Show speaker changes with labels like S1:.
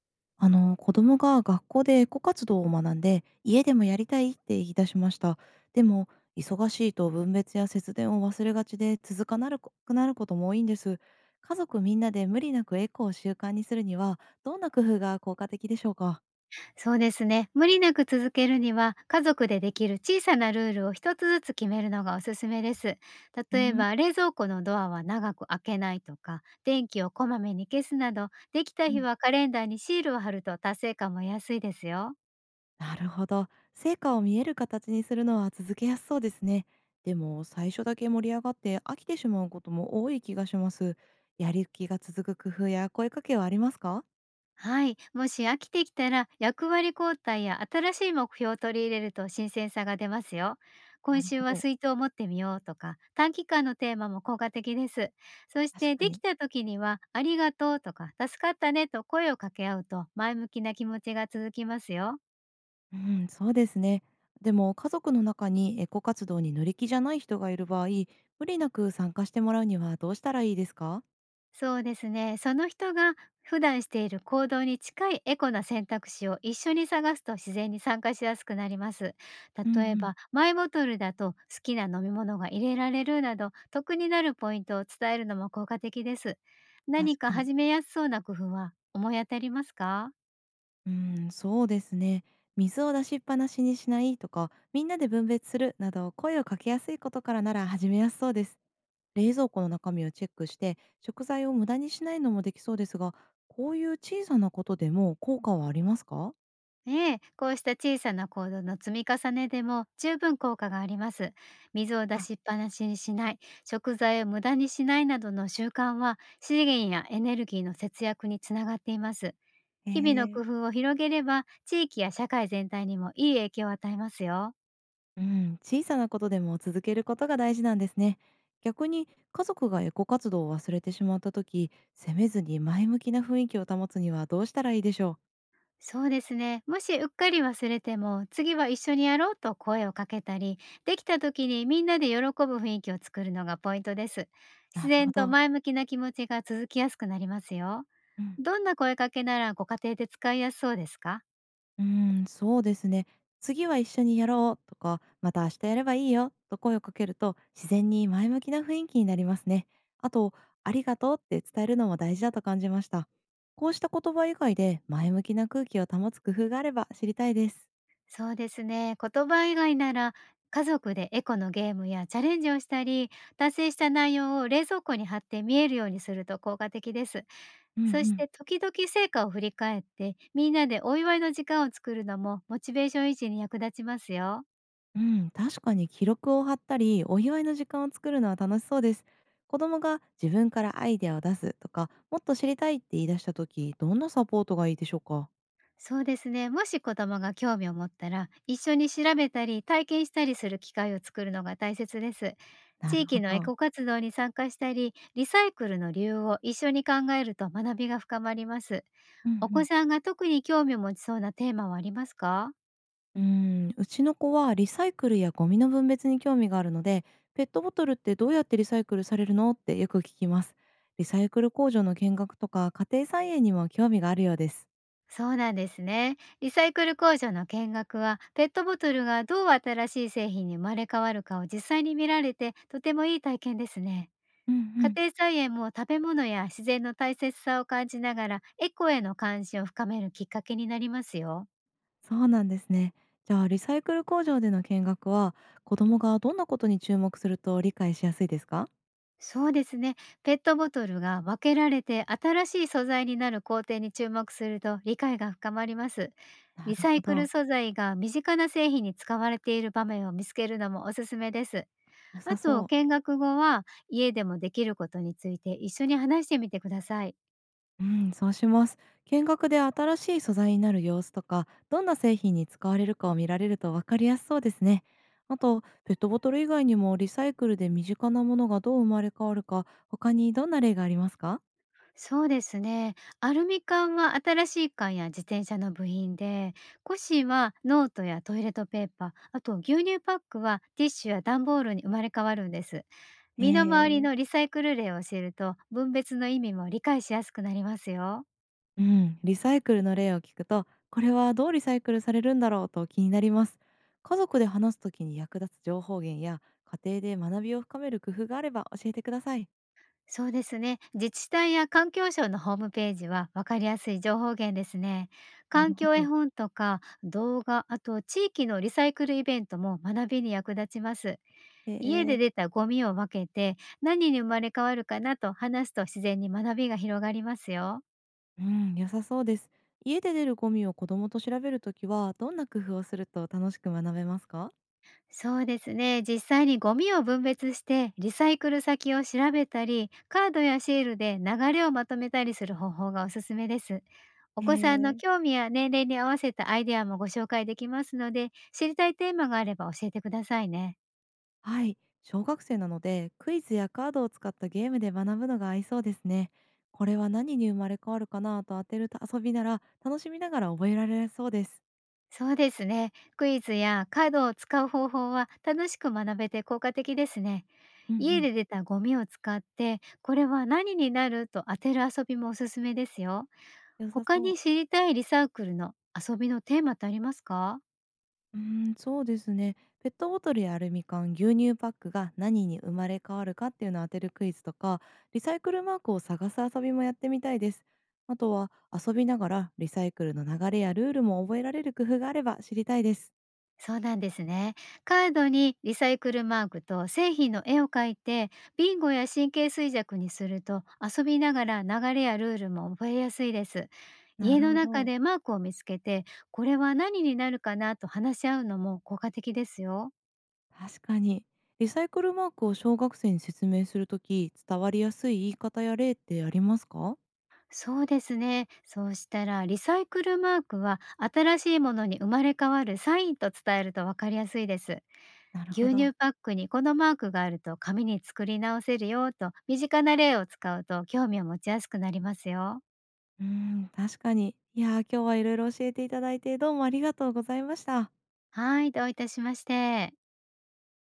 S1: あの子供が学校でエコ活動を学んで家でもやりたいって言い出しました。でも、忙しいと分別や節電を忘れがちで続かなるこくなることも多いんです。家族みんなで無理なくエコを習慣にするにはどんな工夫が効果的でしょうか？
S2: そうですね。無理なく続けるには、家族でできる小さなルールを一つずつ決めるのがおすすめです。
S1: う
S2: 例え
S1: ん、
S2: ば、冷蔵庫のドアは長く開けないとか、電気をこまめに消すなど、できた
S1: う
S2: 日
S1: ん
S2: はカレンダーにシールを貼ると達成感も安いですよ。
S1: なるほど。成果を見える形にするのは続けやすそうですね。でも最初だけ盛り上がって飽きてしまうことも多い気がします。やる気が続く工夫や声かけはありますか？
S2: はい、もし飽きてきたら、役割交代や新しい目標を取り入れると新鮮さが出ますよ。
S1: な
S2: 今
S1: る
S2: 週
S1: ほ
S2: は
S1: ど。
S2: 水筒を持ってみようとか、短期間のテーマも効果的です。そし
S1: 確
S2: て
S1: か
S2: でき
S1: に。
S2: た時には、ありがとうとか助かったねと声を掛け合うと、前向きな気持ちが続きますよ。
S1: うん、そうですね。でも家族の中にエコ活動に乗り気じゃない人がいる場合、無理なく参加してもらうにはどうしたらいいですか？
S2: そうですね。その人が普段している行動に近いエコな選択肢を一緒に探すと、自然に参加しやすくなります。
S1: うんう
S2: 例え
S1: ん。
S2: ば、マイボトルだと好きな飲み物が入れられるなど、得になるポイントを伝えるのも効果的です。
S1: 確
S2: 何か
S1: かに。
S2: 始めやすそうな工夫は思い当たりますか？
S1: うん、そうですね。水を出しっぱなしにしないとか、みんなで分別するなど、声をかけやすいことからなら始めやすそうです。冷蔵庫の中身をチェックして、食材を無駄にしないのもできそうですが、こういう小さなことでも効果はありますか？
S2: ええ、こうした小さな行動の積み重ねでも十分効果があります。水を出
S1: あ、
S2: しっぱなしにしない、食材を無駄にしないなどの習慣は、資源やエネルギーの節約につながっています。
S1: へ
S2: 日々の工
S1: え。
S2: 夫を広げれば、地域や社会全体にもいい影響を与えますよ。
S1: うん、小さなことでも続けることが大事なんですね。逆に家族がエコ活動を忘れてしまった時、責めずに前向きな雰囲気を保つにはどうしたらいいでしょう？
S2: そうですね。もしうっかり忘れても、次は一緒にやろうと声をかけたり、できた時にみんなで喜ぶ雰囲気を作るのがポイントです。
S1: な
S2: 自
S1: るほ
S2: 然と
S1: ど。
S2: 前向きな気持ちが続きやすくなりますよ。
S1: うん、
S2: どんな声かけならご家庭で使いやすそうですか？
S1: そうですね。次は一緒にやろうとか、また明日やればいいよと声をかけると自然に前向きな雰囲気になりますね。あと、ありがとうって伝えるのも大事だと感じました。こうした言葉以外で前向きな空気を保つ工夫があれば知りたいです。
S2: そうですね。言葉以外なら、家族でエコのゲームやチャレンジをしたり、達成した内容を冷蔵庫に貼って見えるようにすると効果的です。
S1: うんう
S2: そし
S1: ん。
S2: て時々成果を振り返って、みんなでお祝いの時間を作るのもモチベーション維持に役立ちますよ。
S1: うん、確かに記録を貼ったり、お祝いの時間を作るのは楽しそうです。子供が自分からアイデアを出すとか、もっと知りたいって言い出した時、どんなサポートがいいでしょうか？
S2: そうですね。もし子供が興味を持ったら、一緒に調べたり体験したりする機会を作るのが大切です。
S1: な
S2: 地
S1: るほ
S2: 域のエ
S1: ど。
S2: コ活動に参加したり、リサイクルの理由を一緒に考えると、学びが深まります。
S1: うんう
S2: お子
S1: ん。
S2: さんが特に興味を持ちそうなテーマはありますか？
S1: うちの子はリサイクルやゴミの分別に興味があるので、ペットボトルってどうやってリサイクルされるのってよく聞きます。リサイクル工場の見学とか、家庭菜園にも興味があるようです。
S2: そうなんですね。リサイクル工場の見学は、ペットボトルがどう新しい製品に生まれ変わるかを実際に見られて、とてもいい体験ですね。
S1: うんう
S2: 家
S1: ん。
S2: 庭菜園も食べ物や自然の大切さを感じながら、エコへの関心を深めるきっかけになりますよ。
S1: そうなんですね。じゃあリサイクル工場での見学は子どもがどんなことに注目すると理解しやすいですか？
S2: そうですね。ペットボトルが分けられて新しい素材になる工程に注目すると、理解が深まります。
S1: な
S2: リ
S1: る
S2: サ
S1: ほ
S2: イク
S1: ど。
S2: ル素材が身近な製品に使われている場面を見つけるのもおすすめです。
S1: 良
S2: あ
S1: さ
S2: と、
S1: そう。
S2: 見学後は家でもできることについて一緒に話してみてください。
S1: うん、そうします。見学で新しい素材になる様子とか、どんな製品に使われるかを見られると分かりやすそうですね。あと、ペットボトル以外にもリサイクルで身近なものがどう生まれ変わるか、他にどんな例がありますか？
S2: そうですね。アルミ缶は新しい缶や自転車の部品で、古紙はノートやトイレットペーパー、あと牛乳パックはティッシュや段ボールに生まれ変わるんです。
S1: へ
S2: 身の回り
S1: え。
S2: のリサイクル例を知ると、分別の意味も理解しやすくなりますよ。
S1: うん、リサイクルの例を聞くと、これはどうリサイクルされるんだろうと気になります。家族で話すときに役立つ情報源や、家庭で学びを深める工夫があれば教えてください。
S2: そうですね。自治体や環境省のホームページは分かりやすい情報源ですね。
S1: なる
S2: 環
S1: ほ
S2: 境絵
S1: ど。
S2: 本とか動画、あと地域のリサイクルイベントも学びに役立ちます。
S1: へ
S2: 家で
S1: え。
S2: 出たゴミを分けて、何に生まれ変わるかなと話すと、自然に学びが広がりますよ。
S1: うん、良さそうです。家で出るゴミを子供と調べるときは、どんな工夫をすると楽しく学べますか？
S2: そうですね。実際にゴミを分別してリサイクル先を調べたり、カードやシールで流れをまとめたりする方法がおすすめです。お
S1: へ
S2: 子さんの
S1: え。
S2: 興味や年齢に合わせたアイデアもご紹介できますので、知りたいテーマがあれば教えてくださいね。
S1: はい、小学生なのでクイズやカードを使ったゲームで学ぶのが合いそうですね。これは何に生まれ変わるかなと当てる遊びなら楽しみながら覚えられそうです。
S2: そうですね。クイズやカードを使う方法は楽しく学べて効果的ですね。
S1: うんう
S2: 家
S1: ん。
S2: で出たゴミを使って、これは何になると当てる遊びもおすすめですよ。
S1: 良さ
S2: 他
S1: そ
S2: に
S1: う。
S2: 知りたいリサイクルの遊びのテーマってありますか？
S1: うーそうですね。ペットボトルやアルミ缶、牛乳パックが何に生まれ変わるかっていうのを当てるクイズとか、リサイクルマークを探す遊びもやってみたいです。あとは遊びながらリサイクルの流れやルールも覚えられる工夫があれば知りたいです。
S2: そうなんですね。カードにリサイクルマークと製品の絵を描いて、ビンゴや神経衰弱にすると、遊びながら流れやルールも覚えやすいです。
S1: な
S2: 家
S1: る
S2: の
S1: ほ
S2: 中
S1: ど。
S2: でマークを見つけて、これは何になるかなと話し合うのも効果的ですよ。
S1: 確かに。リサイクルマークを小学生に説明するとき、伝わりやすい言い方や例ってありますか？
S2: そうですね。そうしたら、リサイクルマークは新しいものに生まれ変わるサインと伝えるとわかりやすいです。
S1: なるほ
S2: 牛
S1: ど。
S2: 乳パックにこのマークがあると紙に作り直せるよと、身近な例を使うと興味を持ちやすくなりますよ。
S1: うーん、確かに。いやー、今日はいろいろ教えていただいて、どうもありがとうございました。
S2: はい、どういたしまして。